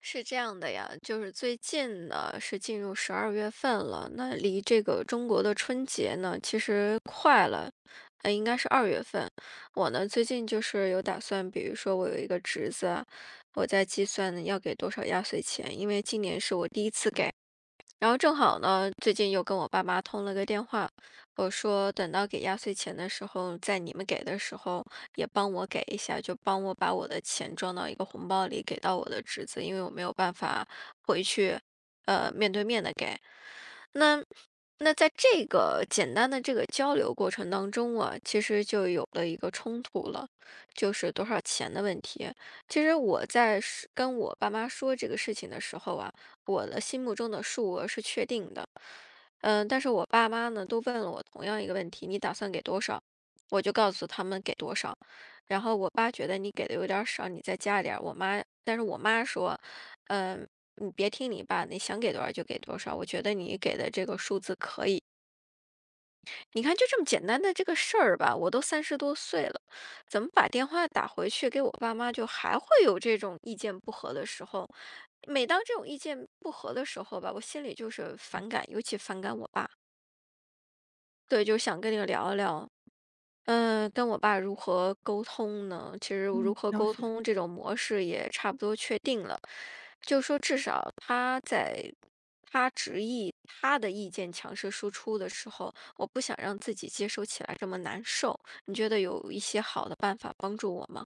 是这样的呀，就是最近呢是进入十二月份了，那离这个中国的春节呢其实快了，应该是二月份。我呢最近就是有打算，比如说我有一个侄子啊，我在计算要给多少压岁钱，因为今年是我第一次给，然后正好呢，最近又跟我爸妈通了个电话，我说等到给压岁钱的时候，在你们给的时候也帮我给一下，就帮我把我的钱装到一个红包里给到我的侄子，因为我没有办法回去，面对面的给。那那在这个简单的这个交流过程当中啊，其实就有了一个冲突了，就是多少钱的问题。其实我在是跟我爸妈说这个事情的时候啊。我的心目中的数额是确定的，嗯，但是我爸妈呢都问了我同样一个问题，你打算给多少？我就告诉他们给多少，然后我爸觉得你给的有点儿少，你再加一点儿。我妈，但是我妈说，嗯，你别听你爸的，你想给多少就给多少。我觉得你给的这个数字可以。你看，就这么简单的这个事儿吧，我都三十多岁了，怎么把电话打回去给我爸妈，就还会有这种意见不合的时候。每当这种意见不合的时候吧，我心里就是反感，尤其反感我爸。对，就想跟你聊一聊。嗯，跟我爸如何沟通呢？其实如嗯，何了沟解。通这种模式也差不多确定了，就说至少他在他执意他的意见强势输出的时候，我不想让自己接收起来这么难受。你觉得有一些好的办法帮助我吗？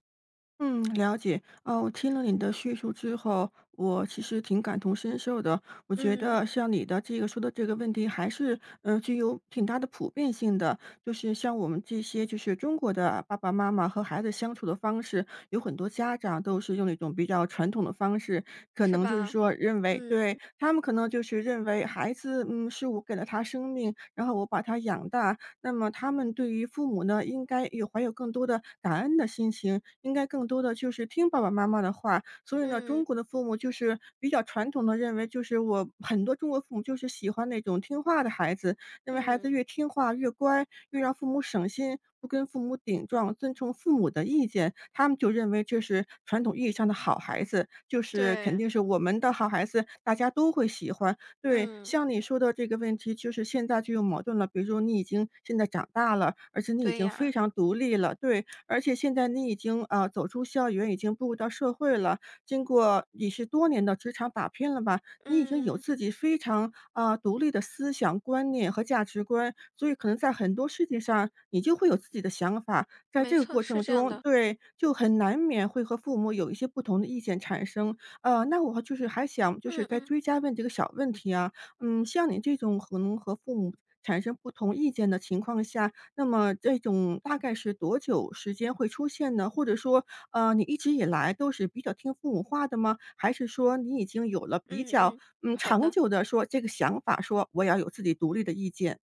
嗯，了解。哦，我听了你的叙述之后，我其实挺感同身受的。我觉嗯，得像你的这个说的这个问题，还是具有挺大的普遍性的。就是像我们这些就是中国的爸爸妈妈和孩子相处的方式，有很多家长都是用那种比较传统的方式，可是能就是吧？说认为对嗯他们可能就是认为孩子，嗯，是我给了他生命，然后我把他养大，那么他们对于父母呢，应该有怀有更多的感恩的心情，应该更多的就是听爸爸妈妈的话。所以呢，中嗯，国的父母就是比较传统的认为，就是我很多中国父母就是喜欢那种听话的孩子，认为孩子嗯，越听话越乖，越让父母省心，不跟父母顶撞，尊重父母的意见，他们就认为这是传统意义上的好孩子，就是肯对，定是我们的好孩子，大家都会喜欢。对，嗯，像你说的这个问题，就是现在就有矛盾了。比如说，你已经现在长大了，而且你已对经呀，非常独立了，对，而且现在你已经走出校园，已经步入到社会了。经过你是多年的职场打拼了吧，你已经有嗯，自己非常独立的思想观念和价值观，所以可能在很多事情上，你就会有自己的想法。在没这个错，过是程这样中，的。对，就很难免会和父母有一些不同的意见产生。那我就是还想就是嗯再嗯，追加问几个小问题啊。嗯，像你这种可能和父母产生不同意见的情况下，那么这种大概是多久时间会出现呢？或者说，你一直以来都是比较听父母话的吗？还是说你已经有了比嗯较嗯，嗯好长的。久的说这个想法，说我要有自己独立的意见？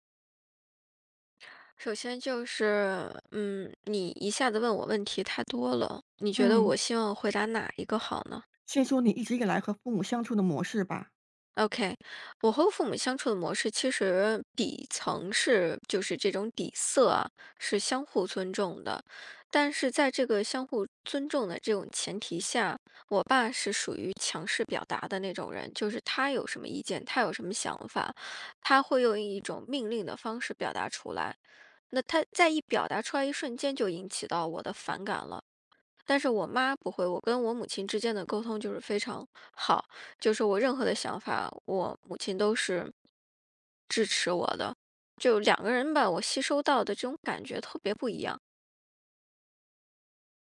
首先就是，嗯，你一下子问我问题太多了，你觉得嗯，我希望回答哪一个好呢先说你一直以来和父母相处的模式吧。？OK，我和父母相处的模式其实底层是就是这种底色啊，是相互尊重的，但是在这个相互尊重的这种前提下，我爸是属于强势表达的那种人，就是他有什么意见，他有什么想法，他会用一种命令的方式表达出来。那他在一表达出来一瞬间就引起到我的反感了。但是我妈不会，我跟我母亲之间的沟通就是非常好，就是我任何的想法，我母亲都是支持我的。就两个人吧，我吸收到的这种感觉特别不一样。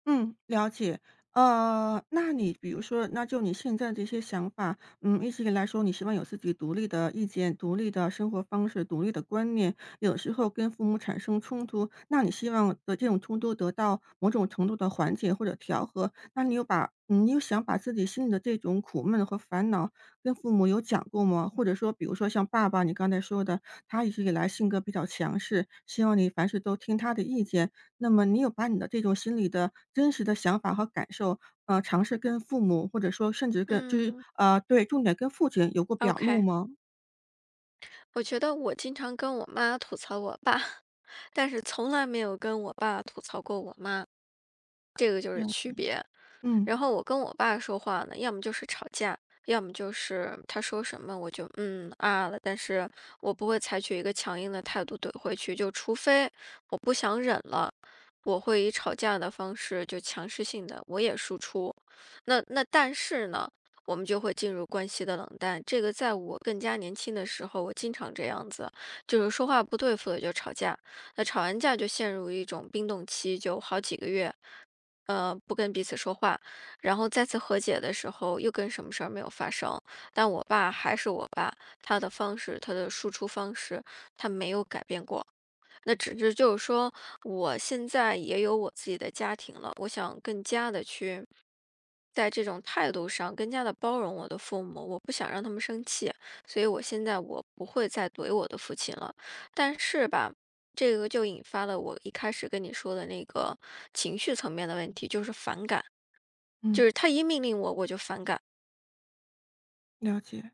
嗯，了解。那你比如说，那就你现在这些想法，嗯，一直以来说，你希望有自己独立的意见、独立的生活方式、独立的观念，有时候跟父母产生冲突，那你希望的这种冲突得到某种程度的缓解或者调和，那你有把，嗯你有想把自己心里的这种苦闷和烦恼跟父母有讲过吗？或者说，比如说像爸爸，你刚才说的，他一直以来性格比较强势，希望你凡事都听他的意见，那么你有把你的这种心里的真实的想法和感受，尝试跟父母或者说甚至跟就是嗯对，重点跟父亲有过表露，OK，吗？我觉得我经常跟我妈吐槽我爸，但是从来没有跟我爸吐槽过我妈，这个就是了解。区别。嗯，然后我跟我爸说话呢，要么就是吵架，要么就是他说什么我就嗯啊了，但是我不会采取一个强硬的态度怼回去，就除非我不想忍了，我会以吵架的方式就强势性的我也输出。那但是呢，我们就会进入关系的冷淡。这个在我更加年轻的时候，我经常这样子，就是说话不对付的就吵架，那吵完架就陷入一种冰冻期，就好几个月。不跟彼此说话，然后再次和解的时候，又跟什么事儿没有发生。但我爸还是我爸，他的方式，他的输出方式，他没有改变过。那只是就是说，我现在也有我自己的家庭了，我想更加的去在这种态度上更加的包容我的父母，我不想让他们生气，所以我现在我不会再怼我的父亲了。但是吧，这个就引发了我一开始跟你说的那个情绪层面的问题，就是反感，就嗯，是他一命令我，我就反感。了解。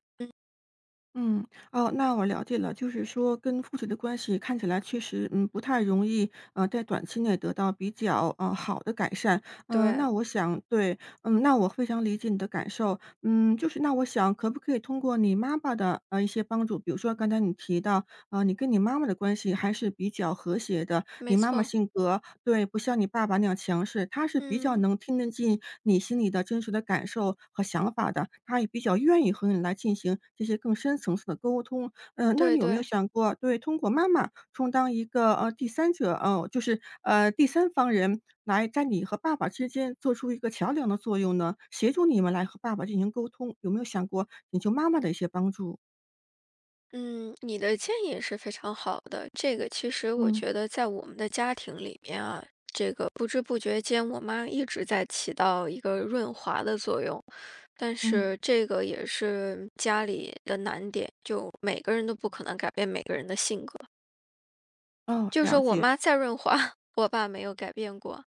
嗯，哦，那我了解了，就是说跟父亲的关系看起来确实，嗯，不太容易，在短期内得到比较，好的改善。嗯，对，那我想对，嗯，那我非常理解你的感受。嗯，就是那我想可不可以通过你妈妈的，一些帮助，比如说刚才你提到啊，你跟你妈妈的关系还是比较和谐的。没你妈妈错，性格对，不像你爸爸那样强势，她是比较嗯，能听得进你心里的真实的感受和想法的，她也比较愿意和你来进行这些更深层次的沟通。那你对有没有对。想过，对，通过妈妈充当一个第三者，哦，就是第三方人，来在你和爸爸之间做出一个桥梁的作用呢？协助你们来和爸爸进行沟通，有没有想过请求妈妈的一些帮助？嗯，你的建议是非常好的。这个其实我嗯觉得在我们的家庭里面啊，这个不知不觉间，我妈一直在起到一个润滑的作用。但嗯，是这个也是家里的难点，就每个人都不可能改变每个人的性格。哦，就是了说我解。妈再润滑，我爸没有改变过。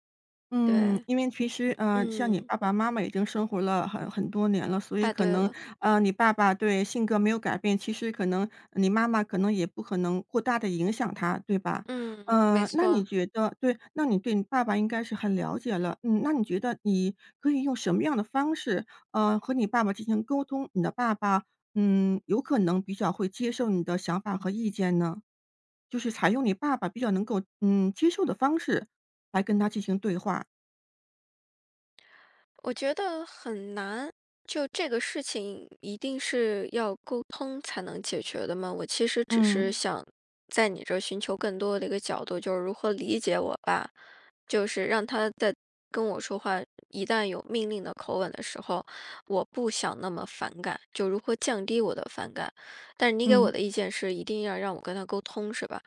嗯，对，因为其实，像你嗯，爸爸妈妈已经生活了很多年了，所以太可对能，了，你爸爸对性格没有改变，其实可能你妈妈可能也不可能过大的影响他，对吧？嗯，没那你错。觉得对，那你对你爸爸应该是很了解了，嗯，那你觉得你可以用什么样的方式，和你爸爸进行沟通，你的爸爸，嗯，有可能比较会接受你的想法和意见呢？就是采用你爸爸比较能够，嗯，接受的方式来跟他进行对话。我觉得很难，就这个事情一定是要沟通才能解决的嘛。我其实只是嗯，想在你这儿寻求更多的一个角度，就是如何理解我吧，就是让他在跟我说话，一旦有命令的口吻的时候，我不想那么反感，就如何降低我的反感。但是你给我嗯。的意见是一定要让我跟他沟通，是吧？